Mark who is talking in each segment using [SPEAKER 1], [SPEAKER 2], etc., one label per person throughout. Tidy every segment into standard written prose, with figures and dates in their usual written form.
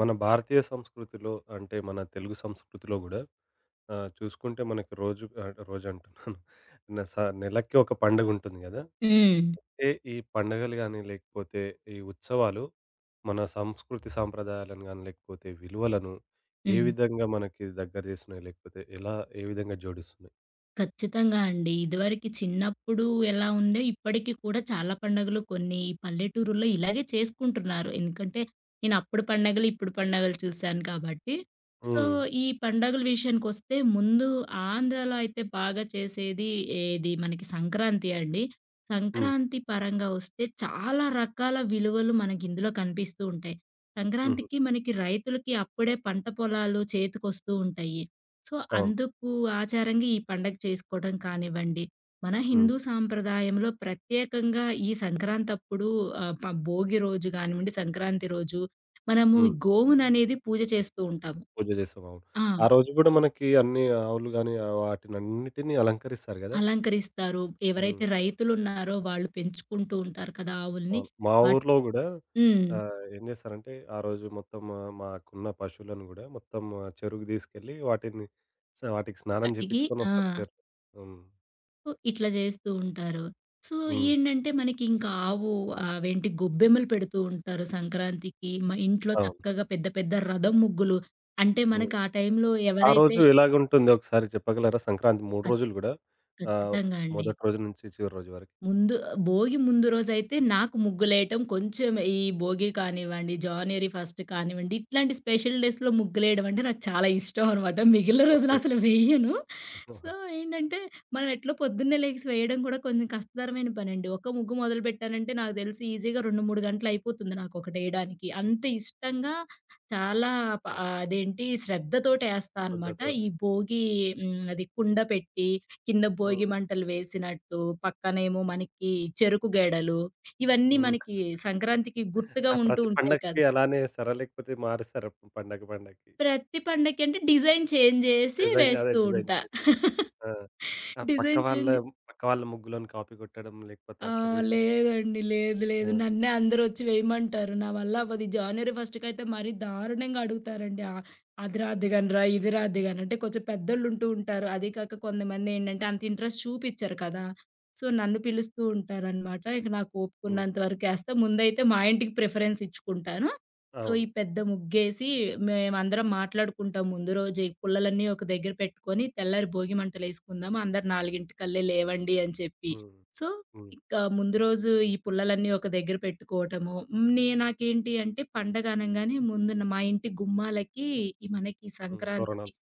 [SPEAKER 1] మన భారతీయ సంస్కృతిలో అంటే మన తెలుగు సంస్కృతిలో గూడా చూసుకుంటే మనకి రోజు రోజు అంటున్నాను. న స నెలకి ఒక పండుగుంటుంది గదా!
[SPEAKER 2] హ్మ్.
[SPEAKER 1] అయితే ఈ పండగలు గాని, లేకపోతే ఈ ఉత్సవాలు మన సంస్కృతి సాంప్రదాయాలను గాని, లేకపోతే విలువలను ఏ
[SPEAKER 2] హ్మ్.
[SPEAKER 1] విధంగా మనకి దగ్గర జేస్తున్నాయి? లేకపోతే ఏ విధంగా జోడిస్తున్నాయి?
[SPEAKER 2] ఖచ్చితంగా అండి. ఇదివరకి చిన్నప్పుడు ఎలా ఉందో ఇప్పటికి కూడా చాలా పండగలు కొన్ని ఈ పల్లెటూరుల్లో ఇలాగే చేసుకుంటున్నారు. ఎందుకంటే నేను అప్పుడు పండగలు, ఇప్పుడు పండగలు చూసాను కాబట్టి. సో,
[SPEAKER 1] హ్మ్.
[SPEAKER 2] ఈ పండగల విషయానికొస్తే ముందు ఆంధ్రాలో అయితే బాగా చేసేది ఏది మనకి సంక్రాంతి అండి.
[SPEAKER 1] హ్మ్.
[SPEAKER 2] సంక్రాంతి పరంగా వస్తే చాలా రకాల విలువలు మనకిందులో కనిపిస్తూ ఉంటాయి.
[SPEAKER 1] హుహు.
[SPEAKER 2] సంక్రాంతికి మనకి రైతులకి అప్పుడే పంట పొలాలు చేతికొస్తూ ఉంటాయి. సో,
[SPEAKER 1] అవును.
[SPEAKER 2] అందుకు ఆచారంగా ఈ పండగ చేసుకోవడం కానివ్వండి, మన
[SPEAKER 1] హ్మ్.
[SPEAKER 2] హిందూ సాంప్రదాయంలో ప్రత్యేకంగా ఈ సంక్రాంతప్పుడు ఆహ్, ప భోగి రోజు గానివ్వండి, సంక్రాంతి రోజు మనము ఈ
[SPEAKER 1] హ్మ్.
[SPEAKER 2] గోవుననేది పూజ చేస్తూ ఉంటాము.
[SPEAKER 1] పూజ జేస్తాం. అవును.
[SPEAKER 2] ఆ!
[SPEAKER 1] ఆ రోజు గూడా మనకి అన్ని ఆవులు గాని, వాటినన్నిటిని అలంకరిస్తారు గదా!
[SPEAKER 2] అలంకరిస్తారు.
[SPEAKER 1] హ్మ్.
[SPEAKER 2] ఎవరైతే రైతులున్నారో వాళ్ళు పెంచుకుంటూ ఉంటారు కదా ఆవుల్ని.
[SPEAKER 1] అవును. మా
[SPEAKER 2] వాట్
[SPEAKER 1] ఊర్లో గూడా
[SPEAKER 2] హ్మ్.
[SPEAKER 1] ఏం జేస్తారంటే, ఆ రోజు మొత్తం మాకున్న పశువులను గూడా మొత్తం చెరువుకి తీసుకెళ్ళి వాటిని వాటికి స్నానం
[SPEAKER 2] కడిగి. ఆ!
[SPEAKER 1] జేపిచ్చుకొనొస్తారు చెరువులో. హ్మ్.
[SPEAKER 2] సో, ఇట్లా జేస్తూ ఉంటారు. సో,
[SPEAKER 1] హ్మ్.
[SPEAKER 2] ఏంటంటే మనకి ఇంకా ఆవు అవేంటి గొబ్బెమ్మలు పెడుతూ ఉంటారు సంక్రాంతికి. మ ఇంట్లో
[SPEAKER 1] అవును.
[SPEAKER 2] చక్కగా పెద్ద పెద్ద రథం ముగ్గులు. అంటే
[SPEAKER 1] హ్మ్.
[SPEAKER 2] మనకి ఆ టైంలో
[SPEAKER 1] ఆ
[SPEAKER 2] ఎవరైతే
[SPEAKER 1] రోజు ఎలాగుంటుందో ఒకసారి చెప్పగలరా? సంక్రాంతి 3
[SPEAKER 2] ఖ
[SPEAKER 1] రోజులు గూడా ఆహ్,
[SPEAKER 2] ఖచ్చితంగా అండి.
[SPEAKER 1] మొదటి రోజు నుంచి చివరి రోజు వరకు.
[SPEAKER 2] ముందు భోగి ముందు రోజైతే నాకు ముగ్గులేయటం కొంచెం, ఈ భోగి కానివ్వండి, జనవరి ఫస్ట్ కానివ్వండి, ఇట్లాంటి స్పెషల్ డేస్‌లో ముగ్గులేయడం అంటే నాకు చాలా ఇష్టం అనమాట. మిగిలిన రోజులు
[SPEAKER 1] ఓకే.
[SPEAKER 2] అసలు వేయను. సో, ఏంటంటే మనం ఎట్లో పొద్దున్నే లెగిసి వేయడం కూడా కొంచెం కష్టతరమైన పనండి. ఒక ముగ్గు మొదలుపెట్టానంటే నాకు తెలిసి ఈజీగా 2, 3 గంటలు అయిపోతుంది నాకొకటేయడానికి. అంత ఇష్టంగా, చాలా ప అదేంటి శ్రద్ధతోటేస్తా అనమాట. ఈ
[SPEAKER 1] శ్రద్ధతోటి.
[SPEAKER 2] భోగి, హ్మ్, అది కుండ పెట్టి కింద భోగి
[SPEAKER 1] హ్మ్.
[SPEAKER 2] మంటలు వేసినట్టు, పక్కనేమో మనకి చెరుకు గడలు, ఇవన్నీ
[SPEAKER 1] హ్మ్.
[SPEAKER 2] మనకి సంక్రాంతికి గుర్తుగా
[SPEAKER 1] ఆ!
[SPEAKER 2] ఉంటూ
[SPEAKER 1] ప్రతి
[SPEAKER 2] ఉంటాయి
[SPEAKER 1] పండగకి
[SPEAKER 2] కదా!
[SPEAKER 1] అలానే ఏస్తారా? లేకపోతే మారుస్తారా పండగ పండగకి?
[SPEAKER 2] ప్రతి పండక్కి అంటే డిజైన్ చేంజ్ చేసి
[SPEAKER 1] డిజైన్ అదే
[SPEAKER 2] వేస్తూ
[SPEAKER 1] డిజైన్
[SPEAKER 2] ఉంటా.
[SPEAKER 1] చేంజ్. ఆ! ఆ పక్క
[SPEAKER 2] డిజైన్
[SPEAKER 1] వాళ్ళ
[SPEAKER 2] చేంజ్.
[SPEAKER 1] పక్క వాళ్ళ ముగ్గులోని కాపీ కొట్టడం లేకపోతే
[SPEAKER 2] ఆ!
[SPEAKER 1] అట్లా చేశారు.
[SPEAKER 2] లేదండి. లేదు. లేదు.
[SPEAKER 1] ఆ!
[SPEAKER 2] నన్నే అందరొచ్చి వేయమంటారు. నా వల్ల అవ్వదు. ఈ జనవరి ఫస్ట్‌కయితే మరీ దారుణంగా అడుగుతారండి. అది రాద్ది గానిరా, ఇది రాద్ది గాని అంటే కొంచెం పెద్దోళ్ళుంటూ ఉంటారు. అది కాక కొంతమందేంటంటే అంత ఇంట్రెస్ట్ చూపిచ్చరు కదా! సో, నన్ను పిలుస్తూ ఉంటారనమాట. ఇక నాకు
[SPEAKER 1] హ్మ్.
[SPEAKER 2] ఓపికున్నంత వరకేస్తా. ముందైతే మా ఇంటికి ప్రిఫరెన్స్ ఇచ్చుకుంటాను. సో, ఈ
[SPEAKER 1] అవును.
[SPEAKER 2] పెద్ద ముగ్గేసి మేమందరం మాట్లాడుకుంటాం ముందు రోజే. పుల్లలన్నీ ఒక దగ్గర పెట్టుకొని తెల్లారి భోగి మంటలేసుకుందాం. అందరు 4కి లేవండి అని చెప్పి.
[SPEAKER 1] హ్మ్.
[SPEAKER 2] సో,
[SPEAKER 1] హ్మ్.
[SPEAKER 2] ఇక ముందు రోజు ఈ పుల్లలన్నీ ఒక దగ్గర పెట్టుకోవటము. హ్మ్. నాకేంటి అంటే పండగ అనంగానే ముందున మా ఇంటి గుమ్మాలకి ఈ మనకి
[SPEAKER 1] హ్మ్.
[SPEAKER 2] సంక్రాంతికి
[SPEAKER 1] తోరణాలు.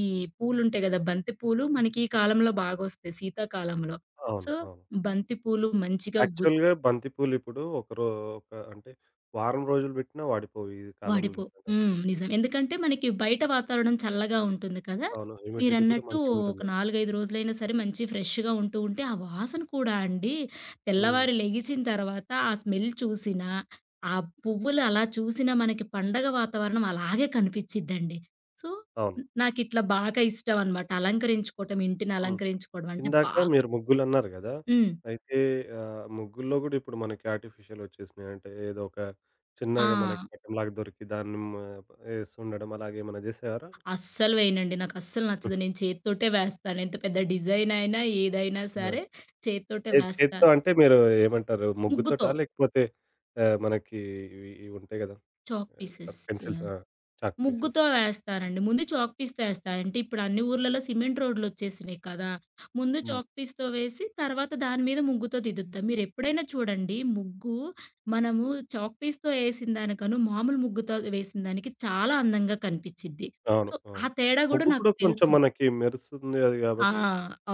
[SPEAKER 2] ఈ పూలుంటాయి గదా! బంతి పూలు మనకి ఈ కాలంలో బాగొస్తాయి శీతాకాలంలో. సో,
[SPEAKER 1] అవును. అవును.
[SPEAKER 2] బంతి పూలు మంచిగా గు
[SPEAKER 1] యాక్చువల్‌గా బంతిపూలు ఇప్పుడు ఒక అంటే వారం రోజులు పెట్టినా వాడిపోవు ఈ కాలంలో
[SPEAKER 2] వాడిపో
[SPEAKER 1] నిజంగా.
[SPEAKER 2] హ్మ్. నిజం. ఎందుకంటే మనకి బయట వాతావరణం చల్లగా ఉంటుంది కదా!
[SPEAKER 1] అవును. హ్యూమిడిటీ కూడా
[SPEAKER 2] మీరన్నట్టు ఒక
[SPEAKER 1] మంచిగుంటుంది.
[SPEAKER 2] 4, 5 రోజులైనా సరే మంచి ఫ్రెష్‌గా ఉంటూ ఉంటే ఆ వాసన కూడా అండి,
[SPEAKER 1] హ్మ్.
[SPEAKER 2] తెల్లవారి లెగిచిన తర్వాత ఆ స్మెల్ చూసినా, ఆ పువ్వులు అలా చూసినా మనకి పండగ వాతావరణం అలాగే కనిపిచ్చిద్దండి. సో,
[SPEAKER 1] అవును.
[SPEAKER 2] నాకిట్లా బాగా ఇష్టం అనమాట. అలంకరించుకోవటం, ఇంటిని
[SPEAKER 1] హ్మ్.
[SPEAKER 2] అలంకరించుకోవడం అంటే
[SPEAKER 1] ఇందాక
[SPEAKER 2] బాగా.
[SPEAKER 1] మీరు ముగ్గులన్నారు గదా!
[SPEAKER 2] హ్మ్.
[SPEAKER 1] అయితే ముగ్గుల్లో గూడా ఇప్పుడు మనకి ఆర్టిఫిషియల్ వచ్చేసినాయి. అంటే ఏదో ఒక
[SPEAKER 2] ఆ!
[SPEAKER 1] చిన్నగా మనకి పటంలాగా దొరికి దాన్ని మ ఏస్తుండడం అలాగేమన్నా జేసేవారా?
[SPEAKER 2] అస్సలు వేయనండి. నాకస్సలు నచ్చదు. నేను చేత్తోటే వేస్తాను. ఎంత పెద్ద డిజైన్ అయినా, ఏదైనా
[SPEAKER 1] ఆ!
[SPEAKER 2] సరే చేత్తోటే
[SPEAKER 1] ఏది చేత్తో
[SPEAKER 2] వేస్తాను.
[SPEAKER 1] అంటే మీరు ఏమంటారు?
[SPEAKER 2] ముగ్గుతో.
[SPEAKER 1] ముగ్గుతోటా? లేకపోతే మనకి ఇవి ఇవి ఉంటాయి గదా!
[SPEAKER 2] చాక్
[SPEAKER 1] ఏమంటారు?
[SPEAKER 2] పీసెస్.
[SPEAKER 1] పెన్సిల్స్ ఆ! Chalk pieces.
[SPEAKER 2] ముగ్గుతో వేస్తానండి. ముందు చాక్ పీస్‌తో ఏస్తా. అంటే ఇప్పుడు అన్ని ఊర్లలో సిమెంట్ రోడ్‌లొచ్చేసినాయి కదా! ముందు
[SPEAKER 1] హ్మ్.
[SPEAKER 2] చాక్ పీస్‌తో వేసి, తర్వాత దాని మీద ముగ్గుతో దిద్దుతా. మీరెప్పుడైనా చూడండి ముగ్గు మనము
[SPEAKER 1] హ్మ్.
[SPEAKER 2] చాక్ పీస్‌తో ఏసిన దానికను మామూలు ముగ్గుతో వేసిన దానికి చాలా అందంగా కనిపిచ్చిద్ది.
[SPEAKER 1] అవును.
[SPEAKER 2] సో, ఆ
[SPEAKER 1] అవును.
[SPEAKER 2] తేడా గూడా
[SPEAKER 1] ముగ్గు
[SPEAKER 2] నాకు
[SPEAKER 1] కూడా కొంచెం
[SPEAKER 2] తెలుసు.
[SPEAKER 1] మనకి మెరుస్తుంది అది
[SPEAKER 2] ఆ!
[SPEAKER 1] గాబట్టి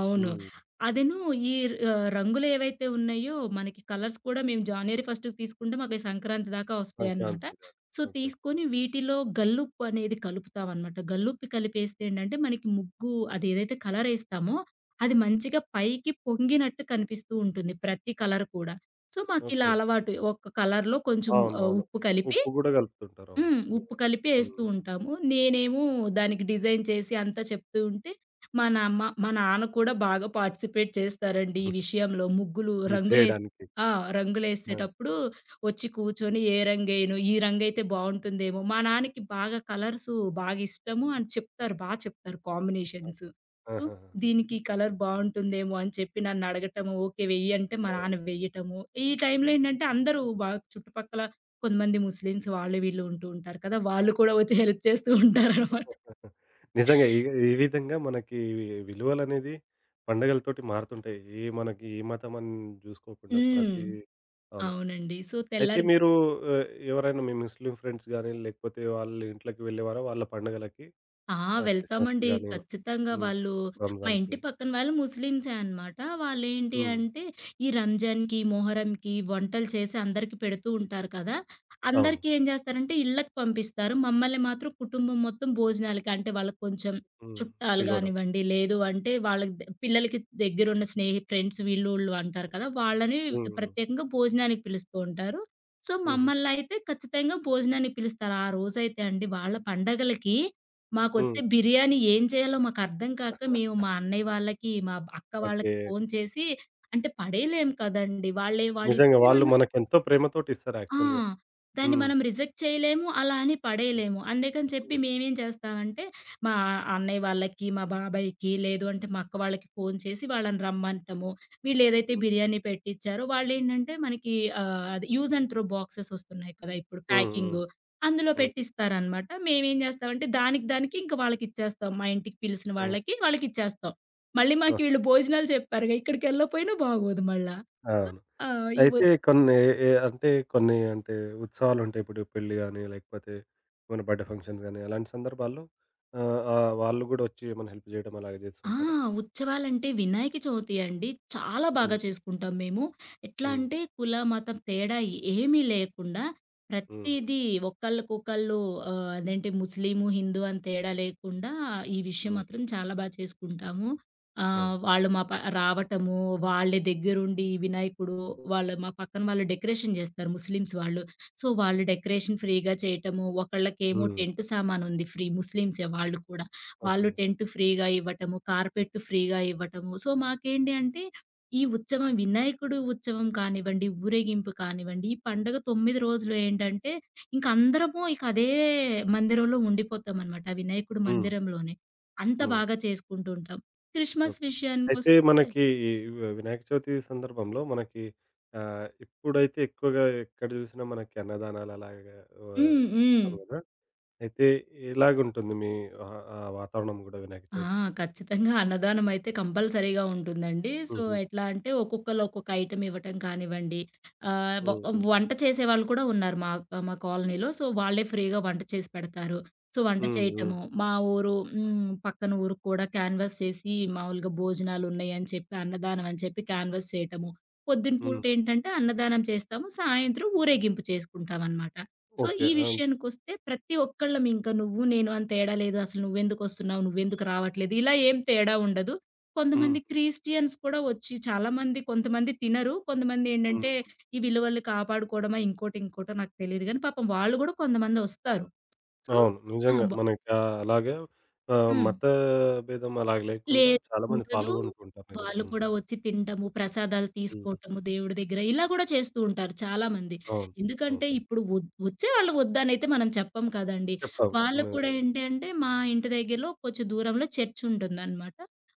[SPEAKER 2] అవును.
[SPEAKER 1] హ్మ్.
[SPEAKER 2] అదీను. ఈ రంగులేవైతే ఉన్నాయో, మనకి కలర్స్ కూడా మేము జాన్వరి ఫస్ట్‌కి తీసుకుంటే, మాకు సంక్రాంతి దాకా వస్తాయన్నమాట.
[SPEAKER 1] సంక్రాంతి దాకా.
[SPEAKER 2] So,
[SPEAKER 1] okay.
[SPEAKER 2] తీసుకొని వీటిలో గల్లుప్పు అనేది కలుపుతామన్నమాట. గల్లుప్పి కలిపేస్తే ఏంటంటే, మనకి ముగ్గు అదేదైతే కలరేస్తామో, అది మంచిగా పైకి పొంగినట్టు కనిపిస్తూ ఉంటుంది ప్రతి కలర్ కూడా. సో, మాకిలా
[SPEAKER 1] ఓకే.
[SPEAKER 2] అలవాటు. ఒక కలర్‌లో కొంచెం
[SPEAKER 1] అవునవును.
[SPEAKER 2] ఉప్పు కలిపి,
[SPEAKER 1] ఉప్పు గూడా కలుపుతుంటారు. అవును.
[SPEAKER 2] హ్మ్,
[SPEAKER 1] నిజం.
[SPEAKER 2] ఉప్పు కలిపి ఏస్తూ
[SPEAKER 1] హ్మ్.
[SPEAKER 2] ఉంటాము. నేనేమో దానికి డిజైన్ చేసి అంతా చెప్తూ ఉంటే, మా నాన్న కూడా బాగా పార్టిసిపేట్ చేస్తారండి ఈ విషయంలో. ముగ్గులు
[SPEAKER 1] హెల్ప్
[SPEAKER 2] రంగులేస్.
[SPEAKER 1] జేయడానికి.
[SPEAKER 2] ఆ!
[SPEAKER 1] ఆ!
[SPEAKER 2] రంగులేసేటప్పుడు వచ్చి కూర్చొని ఏ రంగేయను, ఈ రంగైతే బావుంటుందేమో. మా నాన్నకి బాగా కలర్సు బాగా ఇష్టము అని చెప్తారు. బా చెప్తారు కాంబినేషన్స్. సో,
[SPEAKER 1] ఆహాహా!
[SPEAKER 2] దీనికి కలర్ బావుంటుందేమో అని చెప్పి నన్నడగటము, ఓకే వెయ్యి అంటే మా
[SPEAKER 1] ఆ!
[SPEAKER 2] నాన్న వెయ్యటము. ఈ టైంలో ఏంటంటే అందరూ బాగా చుట్టుపక్కల కొంతమంది ముస్లిమ్స్ వాళ్ళు వీళ్ళు ఉంటూ ఉంటారు కదా! వాళ్ళు కూడా వచ్చి హెల్ప్ చేస్తూ ఉంటారనమాట.
[SPEAKER 1] నిజంగా ఈ ఈ విధంగా మనకి విలువలనేది పండగలతోటి మారుతుంటాయి. ఏ మనకి ఏ మతం అని చూసుకోకుండా
[SPEAKER 2] హ్మ్.
[SPEAKER 1] ప్రతి అవును.
[SPEAKER 2] అవునండి. సో,
[SPEAKER 1] అయితే
[SPEAKER 2] తెల్లారి.
[SPEAKER 1] మీరు ఎవరైనా మీ ముస్లిం ఫ్రెండ్స్ గాని, లేకపోతే వాళ్ళ ఇంట్లోకి వెళ్ళేవారా? వాళ్ళ పండుగలకి
[SPEAKER 2] ఆ!
[SPEAKER 1] క్రిస్మస్‌కి
[SPEAKER 2] వెళ్తామండి.
[SPEAKER 1] గాని,
[SPEAKER 2] ఖచ్చితంగా
[SPEAKER 1] హ్మ్.
[SPEAKER 2] వాళ్ళు మా ఇంటి
[SPEAKER 1] రంజాన్‌కి.
[SPEAKER 2] పక్కన వాళ్ళు ముస్లిమ్సే అనమాట. వాళ్ళేంటి
[SPEAKER 1] హ్మ్.
[SPEAKER 2] అంటే ఈ రంజాన్‌కి, మొహరంకి వంటలు చేసి అందరికి పెడుతూ ఉంటారు కదా!
[SPEAKER 1] అవును.
[SPEAKER 2] అందరికీ ఏం చేస్తారంటే ఇళ్ళకి పంపిస్తారు. మమ్మల్ని మాత్రం కుటుంబం మొత్తం భోజనాలకి, అంటే వాళ్ళకి కొంచెం
[SPEAKER 1] హ్మ్.
[SPEAKER 2] చుట్టాలు
[SPEAKER 1] పిలవడం.
[SPEAKER 2] గానివ్వండి, లేదు అంటే వాళ్ళకి పిల్లలకి దగ్గరున్న స్నేహి ఫ్రెండ్స్ వీళ్ళు అంటారు కదా! వాళ్ళని
[SPEAKER 1] హ్మ్. హ్మ్.
[SPEAKER 2] ప్రత్యేకంగా భోజనానికి పిలుస్తూ ఉంటారు. సో,
[SPEAKER 1] హుహు.
[SPEAKER 2] మమ్మల్నయితే ఖచ్చితంగా భోజనానికి పిలుస్తారు. ఆ రోజైతే అండి వాళ్ళ పండగలకి మాకొచ్చే
[SPEAKER 1] హ్మ్.
[SPEAKER 2] బిర్యానీ ఏం చేయాలో మాకర్థం కాక, మేము మా అన్నయ్య వాళ్ళకి, మా అక్క వాళ్ళకి
[SPEAKER 1] ఓకే.
[SPEAKER 2] ఫోను చేసి అంటే పడేయలేం కదండీ! వాళ్ళే
[SPEAKER 1] నిజంగా
[SPEAKER 2] వాళ్ళిచ్చింది
[SPEAKER 1] వాళ్ళు
[SPEAKER 2] మన.
[SPEAKER 1] మనకెంతో ప్రేమతోటి ఇస్తారు
[SPEAKER 2] ఆ!
[SPEAKER 1] యాక్చువల్‌గా.
[SPEAKER 2] దాన్ని
[SPEAKER 1] హ్మ్.
[SPEAKER 2] మనం రిజెక్ట్ చేయలేము. అలా అని
[SPEAKER 1] హ్మ్.
[SPEAKER 2] పడేయలేము. అందుకని చెప్పి
[SPEAKER 1] హ్మ్.
[SPEAKER 2] మేమేం చేస్తామంటే, మా అన్నయ్య వాళ్ళకి, మా బాబాయికి, లేదు అంటే మా అక్క వాళ్ళకి ఫోను చేసి వాళ్ళని రమ్మంటాము. వీళ్ళేదైతే
[SPEAKER 1] హ్మ్.
[SPEAKER 2] బిర్యానీ పెట్టిచ్చారో వాళ్ళేంటంటే మనకి అది యూజ్ అండ్ త్రో బాక్సెస్ వస్తున్నాయి కదా! ఇప్పుడు
[SPEAKER 1] హ్మ్.
[SPEAKER 2] ప్యాకింగు. అందులో
[SPEAKER 1] హ్మ్.
[SPEAKER 2] పెట్టిస్తారనమాట. మేమేం చేస్తామంటే దానికి దానికి ఇంక వాళ్ళకిచ్చేస్తాం. మా ఇంటికి పిలిసిన
[SPEAKER 1] హ్మ్.
[SPEAKER 2] వాళ్ళకి, వాళ్ళకిచ్చేస్తాం. మళ్ళీ
[SPEAKER 1] ఆ!
[SPEAKER 2] మాకు వీళ్ళు భోజనాలు చెప్పారుగా ఇక్కడికెళ్ళకపోయినా బాగోదు మళ్ళా.
[SPEAKER 1] ఆ!
[SPEAKER 2] సో, ఆహ్, ఇవ
[SPEAKER 1] అయితే కొన్ని ఏ అంటే కొన్ని అంటే ఉత్సవాలుంటాయి. ఇప్పుడు పెళ్లి గాని, లేకపోతే మన బర్త్‌డే ఫంక్షన్స్ గాని, అలాంటి సందర్భాల్లో ఆహ్, ఆహ్, వాళ్ళు గూడా వచ్చి ఏమైనా హెల్ప్ జేయడం అలాగే
[SPEAKER 2] ఆ!
[SPEAKER 1] జేస్తుంటారా?
[SPEAKER 2] ఉత్సవాలంటే వినాయక చవితి అండి. చాలా బాగా
[SPEAKER 1] హ్మ్.
[SPEAKER 2] చేసుకుంటాం మేము. ఎట్లా
[SPEAKER 1] హ్మ్.
[SPEAKER 2] అంటే కుల, మతం తేడా ఏమీ లేకుండా
[SPEAKER 1] హ్మ్.
[SPEAKER 2] ప్రతీదీ ఒకళ్ళకొకళ్ళు అదేంటి ముస్లిము, హిందూ అని తేడా లేకుండా ఈ విషయం
[SPEAKER 1] హ్మ్.
[SPEAKER 2] మాత్రం చాలా బా చేసుకుంటాము.
[SPEAKER 1] అదే.
[SPEAKER 2] వాళ్ళు మా ప రావటము, వాళ్ళ దగ్గరుండి వినాయకుడు వాళ్ళు మా పక్కన వాళ్ళు డెకరేషన్ జేస్తారు ముస్లిమ్స్ వాళ్ళు. సో, వాళ్ళు డెకరేషన్ ఫ్రీగా చేయటము, ఒకళ్ళకేమో
[SPEAKER 1] హ్మ్.
[SPEAKER 2] టెంట్ సామానుంది ఫ్రీ ముస్లిమ్సే వాళ్ళు కూడా. వాళ్ళు
[SPEAKER 1] ఓకే.
[SPEAKER 2] టెంట్ ఫ్రీగా ఇవ్వటము, కార్పెట్ ఫ్రీగా ఇవ్వటము. సో, మాకేంటి అంటే ఈ ఉత్సవం వినాయకుడు ఉత్సవం కానివ్వండి, ఊరేగింపు కానివ్వండి, ఈ పండగ 9 రోజులు ఏంటంటే ఇంక అందరము ఇక అదే మందిరంలో ఉండిపోతామనమాట. ఆ వినాయకుడు
[SPEAKER 1] హ్మ్.
[SPEAKER 2] మందిరంలోనే. అంత
[SPEAKER 1] హ్మ్.
[SPEAKER 2] బాగా చేసుకుంటూ ఉంటాం. Christmas
[SPEAKER 1] okay. అయితే
[SPEAKER 2] విషయానికొస్తే
[SPEAKER 1] మనకి ఈ వినాయక చవితి సందర్భంలో మనకి ఇప్పుడైతే ఎక్కువగా ఎక్కడ జూసినా మనకి అన్నదానాలు అలాగా
[SPEAKER 2] హ్మ్. హ్మ్.
[SPEAKER 1] ఇస్తారు గదా! అయితే ఎలాగుంటుంది మీ ఆ వాతావరణం గూడా వినాయక
[SPEAKER 2] ఆ!
[SPEAKER 1] చవితికి?
[SPEAKER 2] ఖచ్చితంగా అన్నదానమైతే కంపల్సరీగా ఉంటుందండి. సో,
[SPEAKER 1] హుహు.
[SPEAKER 2] ఎట్లా అంటే ఒక్కొక్కళ్ళు ఒక్కొక్క ఐటెమ్ ఇవ్వటం కానివ్వండి, ఆహ్, వ
[SPEAKER 1] హ్మ్. హ్మ్.
[SPEAKER 2] వంట చేసేవాళ్ళు కూడా ఉన్నారు మా మా కాలనీలో. సో, వాళ్ళే ఫ్రీగా వంట చేసి పెడతారు. సో, వంట
[SPEAKER 1] హ్మ్. హ్మ్. హ్మ్.
[SPEAKER 2] చేయటము, మా ఊరు, హ్మ్, పక్కన ఊరికి కూడా క్యాన్వాస్ చేసి మామూలుగా భోజనాలున్నాయని చెప్పి, అన్నదానం అని చెప్పి క్యాన్వాస్ చేయటము. పొద్దున
[SPEAKER 1] హ్మ్.
[SPEAKER 2] పూట ఏంటంటే అన్నదానం చేస్తాము. సాయంత్రం ఊరేగింపు చేసుకుంటామనమాట. So,
[SPEAKER 1] okay.
[SPEAKER 2] ఈ
[SPEAKER 1] ఆ!
[SPEAKER 2] విషయానికొస్తే ప్రతి ఒక్కళ్ళం ఇంక నువ్వు, నేను అని తేడా లేదు. అసలు నువ్వెందుకొస్తున్నావు? నువ్వెందుకు రావట్లేదు? ఇలా ఏం తేడా ఉండదు. కొంతమంది
[SPEAKER 1] హ్మ్.
[SPEAKER 2] క్రిస్టియన్స్ కూడా వచ్చి చాలామంది కొంతమంది తినరు. కొంతమంది
[SPEAKER 1] హ్మ్.
[SPEAKER 2] ఏంటంటే, ఈ విలువల్ని కాపాడుకోవడమా ఇంకోటి, ఇంకోటో నాకు తెలీదు గానీ పాపం వాళ్ళు గూడా కొంతమందొస్తారు. సో,
[SPEAKER 1] అవును.
[SPEAKER 2] ఆ!
[SPEAKER 1] నిజంగా
[SPEAKER 2] బ
[SPEAKER 1] మనకి అలాగే
[SPEAKER 2] హ్మ్.
[SPEAKER 1] మత భేదం అలాగ లేకుండా
[SPEAKER 2] లేదు.
[SPEAKER 1] చాలా మంది
[SPEAKER 2] ఉండదు.
[SPEAKER 1] పాల్గొంటూ ఉంటారు నిజంగా.
[SPEAKER 2] వాళ్ళు
[SPEAKER 1] హ్మ్.
[SPEAKER 2] కూడా వచ్చి తినటము, ప్రసాదాలు
[SPEAKER 1] హ్మ్.
[SPEAKER 2] తీసుకోవటము దేవుడి దగ్గర ఇలా గూడా చేస్తూ ఉంటారు చాలామంది.
[SPEAKER 1] అవును. అవును.
[SPEAKER 2] ఎందుకంటే ఇప్పుడు వచ్చేవాళ్ళు వద్దనైతే మనం చెప్పం కదండీ.
[SPEAKER 1] చెప్పావు.
[SPEAKER 2] వాళ్ళకి
[SPEAKER 1] హ్మ్.
[SPEAKER 2] కూడా ఏంటి అంటే మా ఇంటి దగ్గరలో కొంచెం దూరంలో చర్చ్ ఉంటుందనమాట.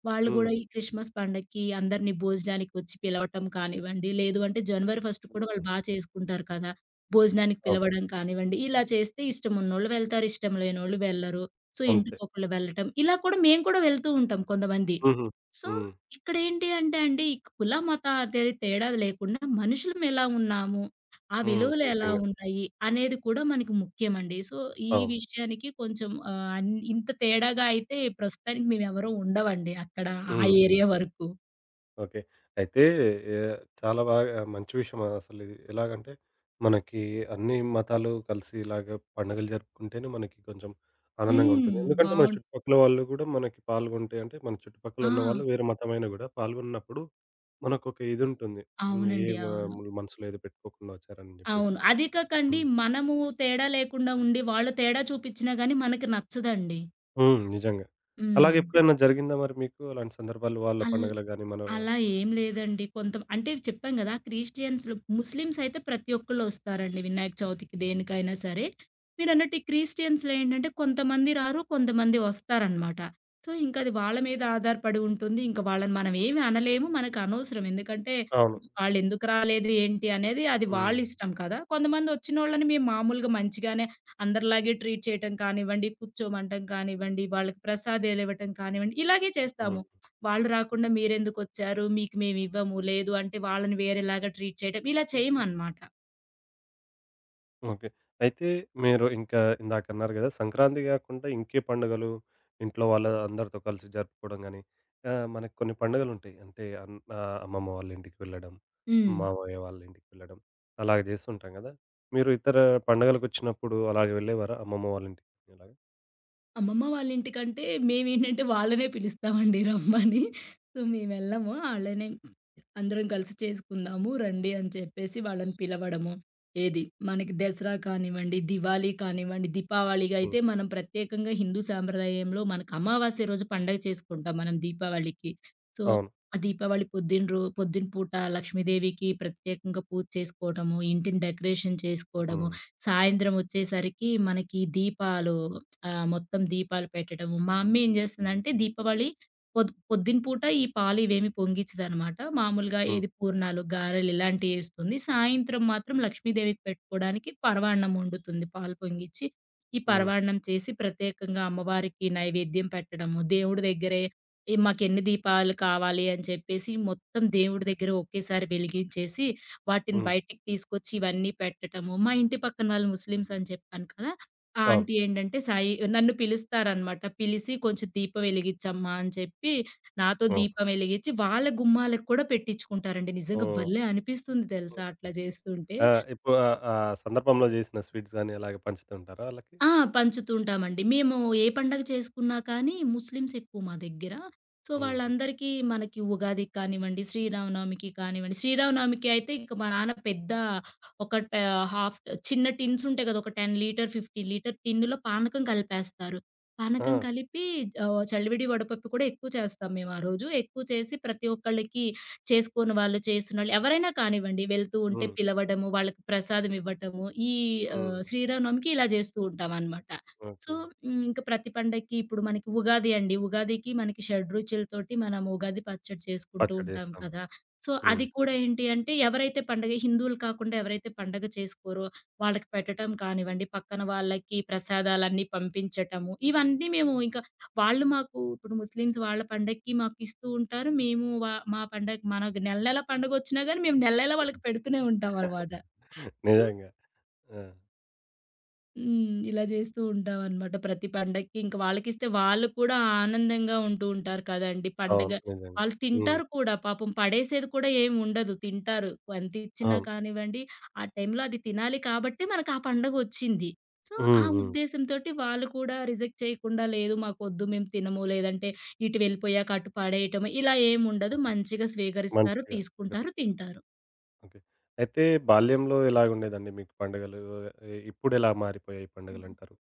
[SPEAKER 2] వాళ్ళు
[SPEAKER 1] హ్మ్.
[SPEAKER 2] గూడా ఈ క్రిస్మస్ పండగకి అందరిని భోజనానికి వచ్చి పిలవటం కానివ్వండి, లేదు అంటే జనవరి ఫస్ట్ కూడా వాళ్ళు
[SPEAKER 1] హ్మ్.
[SPEAKER 2] బా చేసుకుంటారు కదా! భోజనానికి
[SPEAKER 1] అవును.
[SPEAKER 2] పిలవడం కానివ్వండి, ఇలా చేస్తే ఇష్టమున్నోళ్ళు వెళ్తారు, ఇష్టం లేనోళ్ళు వెళ్ళరు. సో,
[SPEAKER 1] అంతే.
[SPEAKER 2] ఇంటికొకళ్ళు వెళ్ళటం. ఇలా కూడా మేము కూడా వెళ్తూ ఉంటాం కొంతమంది.
[SPEAKER 1] హుహు.
[SPEAKER 2] సో,
[SPEAKER 1] హ్మ్.
[SPEAKER 2] ఇక్కడేంటి అంటే అండి, ఈ కుల, మత అదే తేడా లేకుండా మనుషులం ఎలా ఉన్నాము, ఆ
[SPEAKER 1] హ్మ్.
[SPEAKER 2] విలువలు ఎలా
[SPEAKER 1] నిజంగా.
[SPEAKER 2] ఉన్నాయి అనేది కూడా మనకి ముఖ్యమండి. సో, ఈ
[SPEAKER 1] అవును.
[SPEAKER 2] విషయానికి కొంచెం అన్ ఇంత తేడాగా అయితే ప్రస్తుతానికి మేమెవరం ఉండవండి అక్కడ ఆ
[SPEAKER 1] హ్మ్. హ్మ్.
[SPEAKER 2] ఏరియా వరకు.
[SPEAKER 1] ఓకే. అయితే చాలా బాగా మంచి విషయం అసలిది. ఎలాగంటే మనకి అన్ని మతాలు కలిసి ఇలాగ పండుగలు జరుపుకుంటేనే మనకి కొంచెం ఆనందంగా ఉంటుంది.
[SPEAKER 2] హ్మ్.
[SPEAKER 1] ఎందుకంటే మన
[SPEAKER 2] బావుం
[SPEAKER 1] చుట్టుపక్కల వాళ్ళు గూడా మనకి పాల్గొంటే అంటే మన చుట్టుపక్కల
[SPEAKER 2] ఆ!
[SPEAKER 1] ఉన్నవాళ్ళు వేరే మతమైనా గూడా పాల్గొన్నప్పుడు మనకొక ఇదుంటుంది. హ్మ్.
[SPEAKER 2] అవునండి.
[SPEAKER 1] ఏం
[SPEAKER 2] అవును.
[SPEAKER 1] మనసులో ఏదో పెట్టుకోకుండా వచ్చారని జెప్పేసి.
[SPEAKER 2] అవును. అది కాకండి
[SPEAKER 1] హ్మ్.
[SPEAKER 2] మనము తేడా లేకుండా ఉండి వాళ్ళు తేడా చూపిచ్చినా గాని మనకి నచ్చదండి.
[SPEAKER 1] హ్మ్. నిజంగా. అలాగే
[SPEAKER 2] హ్మ్.
[SPEAKER 1] ఎప్పుడైనా జరిగిందా మరి మీకు అలాంటి సందర్భాలు వాళ్ళ
[SPEAKER 2] అల్
[SPEAKER 1] పండుగలకు గాని మన
[SPEAKER 2] అలా ఏం లేదండి. కొంత అంటే చెప్పాం గదా! క్రిస్టియన్స్‌లు ముస్లిమ్స్ అయితే ప్రతి ఒక్కళ్ళు ఒస్తారండి వినాయక చవితికి దేనికైనా సరే. మీరన్నట్టు ఈ క్రిస్టియన్స్‌లో ఏంటంటే కొంతమంది రారు, కొంతమంది ఒస్తారనమాట. సో, ఇంకది వాళ్ళ మీద ఆధారపడి ఉంటుంది. ఇంక వాళ్ళని మనం ఏమి అనలేము. మనకనవసరం. ఎందుకంటే
[SPEAKER 1] అవును.
[SPEAKER 2] వాళ్ళెందుకు రాలేదు ఏంటి అనేది అది
[SPEAKER 1] హ్మ్.
[SPEAKER 2] వాళ్ళిష్టం కదా! కొంతమంది ఒచ్చినోళ్ళని మేము మామూలుగా మంచిగానే అందరిలాగే ట్రీట్ చేయటం కానివ్వండి, కూర్చోమంటం కానివ్వండి, వాళ్ళకి ప్రసాదాలివ్వటం కానివ్వండి, ఇలాగే చేస్తాము.
[SPEAKER 1] హ్మ్.
[SPEAKER 2] వాళ్ళు రాకుండా మీరెందుకొచ్చారు? మీకు మేమివ్వము. లేదు అంటే వాళ్ళని వేరేలాగా ట్రీట్ చేయడం. ఇలా చేయమనమాట.
[SPEAKER 1] ఓకే. అయితే మీరు ఇంకా ఇందాకన్నారు గదా! సంక్రాంతి గాకుండా ఇంకే పండుగలు ఇంట్లో వాళ్ళ అందరితో కలిసి జరుపుకోవడం గానీ, మనకు కొన్ని పండుగలుంటాయి. అంటే అమ్మమ్మ వాళ్ళ ఇంటికి వెళ్ళడం,
[SPEAKER 2] హ్మ్.
[SPEAKER 1] మామయ్య వాళ్ళ ఇంటికి వెళ్ళడం అలాగ జేస్తుంటాం గదా! మీరు ఇతర పండుగలకొచ్చినప్పుడు అలాగే వెళ్ళేవారా అమ్మమ్మ వాళ్ళ ఇంటికి ఇలాగ?
[SPEAKER 2] అమ్మమ్మ వాళ్ళింటికంటే మేమేంటంటే వాళ్ళనే పిలుస్తామండి రమ్మని. సో, మేమెళ్ళము. ఆళ్ళనే అందరం కలిసి చేసుకుందాము రండి అని చెప్పేసి వాళ్ళని పిలవడము. ఏది మనకి దసరా కానివ్వండి, దివాళీ కానివ్వండి, దీపావళికి
[SPEAKER 1] హ్మ్.
[SPEAKER 2] అయితే మనం ప్రత్యేకంగా హిందూ సాంప్రదాయంలో మనకు అమావాస్య రోజు పండగ చేసుకుంటాం మనం దీపావళికి. సో,
[SPEAKER 1] అవును.
[SPEAKER 2] ఆ దీపావళి పొద్దున పొద్దున పూట లక్ష్మీదేవికి ప్రత్యేకంగా పూజ చేసుకోవడము, ఇంటిని డెకరేషన్ చేసుకోవడము,
[SPEAKER 1] హ్మ్.
[SPEAKER 2] సాయంత్రం వచ్చేసరికి మనకి దీపాలు. ఆ! మొత్తం దీపాలు పెట్టడము. మా అమ్మ ఏం జేస్తదంటే దీపావళి పొద్దున పూట ఈ పాలు ఇవేమి పొంగిచ్చదనమాట. మామూలుగా
[SPEAKER 1] హ్మ్.
[SPEAKER 2] ఏది పూర్ణాలు, గారెలు ఇలాంటియి ఏస్తుంది. సాయంత్రం మాత్రం లక్ష్మీదేవికి పెట్టుకోవడానికి పరవాన్నం వండుతుంది పాలు పొంగిచ్చి. ఈ
[SPEAKER 1] హ్మ్.
[SPEAKER 2] పరవాన్నం చేసి ప్రత్యేకంగా అమ్మవారికి నైవేద్యం పెట్టడము. దేవుడి దగ్గరే ఈ మాకెన్ని దీపాలు కావాలి అని చెప్పేసి మొత్తం దేవుడి దగ్గర ఒకేసారి వెలిగించేసి వాటిని
[SPEAKER 1] హ్మ్.
[SPEAKER 2] బయటికి తీసుకొచ్చి ఇవన్నీ పెట్టటము. మా ఇంటి పక్కన వాళ్ళు ముస్లిమ్స్ అని చెప్పాను కదా! ఆ
[SPEAKER 1] అవును.
[SPEAKER 2] ఆంటీ ఏంటంటే నన్ను పిలుస్తారనమాట. పిలిసి "కొంచెం దీపం వెలిగిచ్చమ్మా" అని చెప్పి నాతో
[SPEAKER 1] ఓహ్!
[SPEAKER 2] దీపం వెలిగిచ్చి వాళ్ళ గుమ్మాలకు కూడా పెట్టించుకుంటారండి. నిజంగా
[SPEAKER 1] ఓహ్!
[SPEAKER 2] భలే అనిపిస్తుంది తెలుసా అట్లా చేస్తుంటే.
[SPEAKER 1] ఆ! ఇప్పుడు ఆ ఆ సందర్భంలో జేసిన స్వీట్స్ గానీ అలాగే పంచుతుంటారా ఆళ్ళకి?
[SPEAKER 2] ఆ! పంచుతూ ఉంటామండి. మేము ఏ పండగ చేసుకున్నా కానీ ముస్లిమ్స్ ఎక్కువ మా దగ్గర. సో,
[SPEAKER 1] హుహు.
[SPEAKER 2] వాళ్ళందరికీ మనకి ఉగాదికి కానివ్వండి, శ్రీరామనవమికి కానివ్వండి, శ్రీరామనవమికి అయితే ఇంక మా నాన్న పెద్ద ఒక ట హాఫ్ చిన్న టిన్స్ ఉంటాయి కదా! ఒక 10 లీటర్, 15 లీటర్ టిన్నులో పానకం కలిపేస్తారు.
[SPEAKER 1] ఆ!
[SPEAKER 2] పానకం కలిపి చలివిడి వడపప్పు కూడా ఎక్కువ చేస్తాం మేము ఆ రోజు. ఎక్కువ చేసి ప్రతి ఒక్కళ్ళకి చేసుకోని వాళ్ళు, చేసినోళ్ళు ఎవరైనా కానివ్వండి వెళ్తూ ఉంటే
[SPEAKER 1] హ్మ్.
[SPEAKER 2] పిలవడము, వాళ్ళకి ప్రసాదం ఇవ్వటము, ఈ
[SPEAKER 1] హ్మ్.
[SPEAKER 2] శ్రీరామనవమికి ఇలా చేస్తూ ఉంటామనమాట. So,
[SPEAKER 1] okay.
[SPEAKER 2] హ్మ్, ఇంక ప్రతి పండక్కి ఇప్పుడు మనకి ఉగాది అండి. ఉగాదికి మనకి షడ్రుచులతోటి మనం ఉగాది పచ్చడి చేసుకుంటూ ఉంటాం
[SPEAKER 1] పచ్చడేస్తాం.
[SPEAKER 2] కదా! సో,
[SPEAKER 1] హ్మ్.
[SPEAKER 2] అది కూడా ఏంటి అంటే ఎవరైతే పండగ హిందువులు కాకుండా ఎవరైతే పండగ చేసుకోరో వాళ్ళకి పెట్టటం కానివ్వండి, పక్కన వాళ్ళకి ప్రసాదాలన్నీ పంపించటము, ఇవన్నీ మేము ఇంక వాళ్ళు మాకు ఇప్పుడు ముస్లిమ్స్ వాళ్ళ పండగకి మాకిస్తూ ఉంటారు. మేము వా మా పండగకి మన నెల నెల పండగొచ్చినా గాని మేము నెల నెలా వాళ్ళకి పెడుతూనే ఉంటామనమాట. సో,
[SPEAKER 1] నిజంగా. ఆ!
[SPEAKER 2] హ్మ్. ఇలా జేస్తూ ఉంటామనమాట ప్రతి పండక్కి. ఇంక వాళ్ళకిస్తే వాళ్ళు కూడా ఆనందంగా ఉంటూ ఉంటారు కదండీ పండగ.
[SPEAKER 1] అవును. నిజంగా.
[SPEAKER 2] వాళ్ళు
[SPEAKER 1] హ్మ్.
[SPEAKER 2] తింటారు కూడా పాపం పడేసేది కూడా ఏమి ఉండదు. తింటారు. ఎంతిచ్చినా
[SPEAKER 1] అవును.
[SPEAKER 2] కానివ్వండి, ఆ టైంలో అది తినాలి కాబట్టే మనకు ఆ పండగొచ్చింది. సో, ఆ
[SPEAKER 1] హ్మ్. హ్మ్.
[SPEAKER 2] ఉద్దేశంతోటి వాళ్ళు కూడా రిజెక్ట్ చేయకుండా లేదు మాకొద్దు మేము తినము, లేదంటే ఇటు వెళ్ళిపోయాక అటు పడేయటము ఇలా ఏముండదు. మంచిగా స్వీకరిస్తారు,
[SPEAKER 1] మంచిగా కుదిరి
[SPEAKER 2] తీసుకుంటారు, తింటారు.
[SPEAKER 1] ఓకే. అయితే బాల్యంలో ఎలాగుండేదండి మీకు పండుగలు? ఇప్పుడెలా మారిపోయాయి పండుగలంటారు?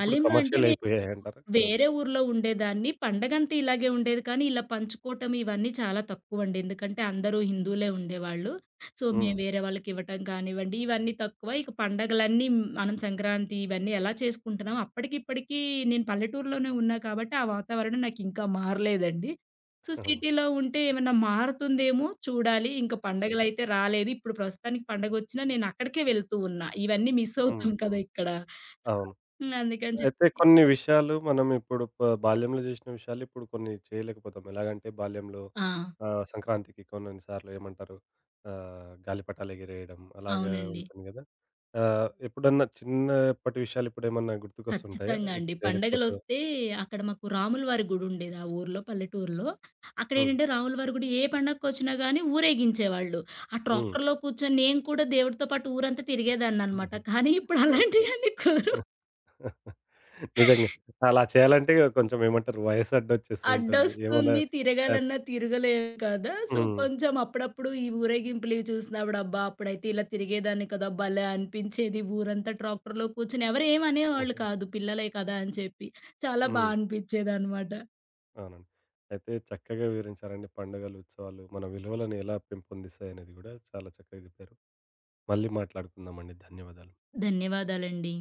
[SPEAKER 1] ఇప్పుడు
[SPEAKER 2] అంటే
[SPEAKER 1] కమర్షియల్ అయిపోయాయంటారా? ఆ!
[SPEAKER 2] వేరే ఊర్లో ఉండేదాన్ని. పండగంతా ఇలాగే ఉండేది. కానీ, ఇలా పంచుకోవటం ఇవన్నీ చాలా తక్కువండి. ఎందుకంటే, అందరూ హిందువులే ఉండేవాళ్ళు. సో,
[SPEAKER 1] హ్మ్.
[SPEAKER 2] మేము వేరే వాళ్ళకివ్వటం కానివ్వండి, ఇవన్నీ తక్కువ. ఇక పండగలన్నీ మనం సంక్రాంతి ఇవన్నీ ఎలా చేసుకుంటున్నామో, అప్పటికిప్పటికీ నేను పల్లెటూరులోనే ఉన్నా కాబట్టి, ఆ వాతావరణం నాకింకా మారలేదండి. సో, సిటీలో ఉంటే ఏమన్నా మారుతుందేమో చూడాలి. ఇంక
[SPEAKER 1] చూడు.
[SPEAKER 2] పండగలైతే రాలేదు. ఇప్పుడు ప్రస్తుతానికి పండగొచ్చినా నేనక్కడికే వెళ్తూ ఉన్నా. ఇవన్నీ మిస్
[SPEAKER 1] హ్మ్.
[SPEAKER 2] అవుతాం
[SPEAKER 1] హ్మ్.
[SPEAKER 2] కదా ఇక్కడ. సో,
[SPEAKER 1] అవును.
[SPEAKER 2] అందుకని చెప్పి.
[SPEAKER 1] అయితే కొన్ని విషయాలు మనం ఇప్పుడు బాల్యంలో జేసిన విషయాలు ఇప్పుడు కొన్ని చేయలేకపోతాం. ఎలాగంటే బాల్యంలో
[SPEAKER 2] ఆ!
[SPEAKER 1] సంక్రాంతికి కొన్నిసార్లు ఏమంటారు గాలిపటాలెగిరేయడం అలాగా
[SPEAKER 2] అవునండి.
[SPEAKER 1] ఉంటుంది గదా! ఎప్పుడన్నా చిన్నప్పటి విషయాలు ఇప్పుడేమన్నా గుర్తుకొస్తుంటాయా?
[SPEAKER 2] ఖచ్చితంగా అండి.
[SPEAKER 1] ఇప్పుడు చేయలేకపోతున్నాం
[SPEAKER 2] పండగలొస్తే అక్కడ మాకు రాములవారి గుడుండేది ఆ ఊర్లో, పల్లెటూరులో.
[SPEAKER 1] హ్మ్.
[SPEAKER 2] అక్కడేంటంటే రాములవారి గుడి ఏ పండగకొచ్చినా గానీ ఊరేగించేవాళ్ళు. ఆ
[SPEAKER 1] హ్మ్.
[SPEAKER 2] ట్రాక్టర్‌లో కూర్చొని నేను కూడా దేవుడితో పాటు ఊరంతా తిరిగేదాన్ననమాట. కానీ ఇప్పుడు
[SPEAKER 1] ఓకే.
[SPEAKER 2] అలాంటియన్నీ కుదరవు.
[SPEAKER 1] నిజంగా. అలా చేయాలంటే కొంచెం ఏమంటారు వయసు అడ్డొచ్చేస్తూ ఉంటుంది. ఏమన్నా
[SPEAKER 2] అడ్డొస్తుంది.
[SPEAKER 1] ఆహ్,
[SPEAKER 2] తిరగాలన్నా తిరగలేము కదా! సో,
[SPEAKER 1] హ్మ్.
[SPEAKER 2] కొంచెం అప్పుడప్పుడు ఈ ఊరేగింపులివి చూసినప్పుడు అబ్బా! అప్పుడైతే ఇలా తిరిగేదాన్ని కదా! భలే అనిపించేది. ఊరంతా ట్రాక్టర్‌లో కూర్చొని ఎవరేమనేవాళ్ళు కాదు. పిల్లలే కదా! అని చెప్పి. చాలా బా
[SPEAKER 1] హ్మ్.
[SPEAKER 2] అనిపిచ్చేదనమాట.
[SPEAKER 1] అవునండి. అయితే చక్కగా వివరించారండి పండుగలు, ఉత్సవాలు మన విలువలను ఎలా పెంపొందిస్తాయనేది గూడా చాలా చక్కగా జెప్పారు. మళ్ళీ మాట్లాడుకుందామండి. ధన్యవాదాలు.
[SPEAKER 2] ధన్యవాదాలండి.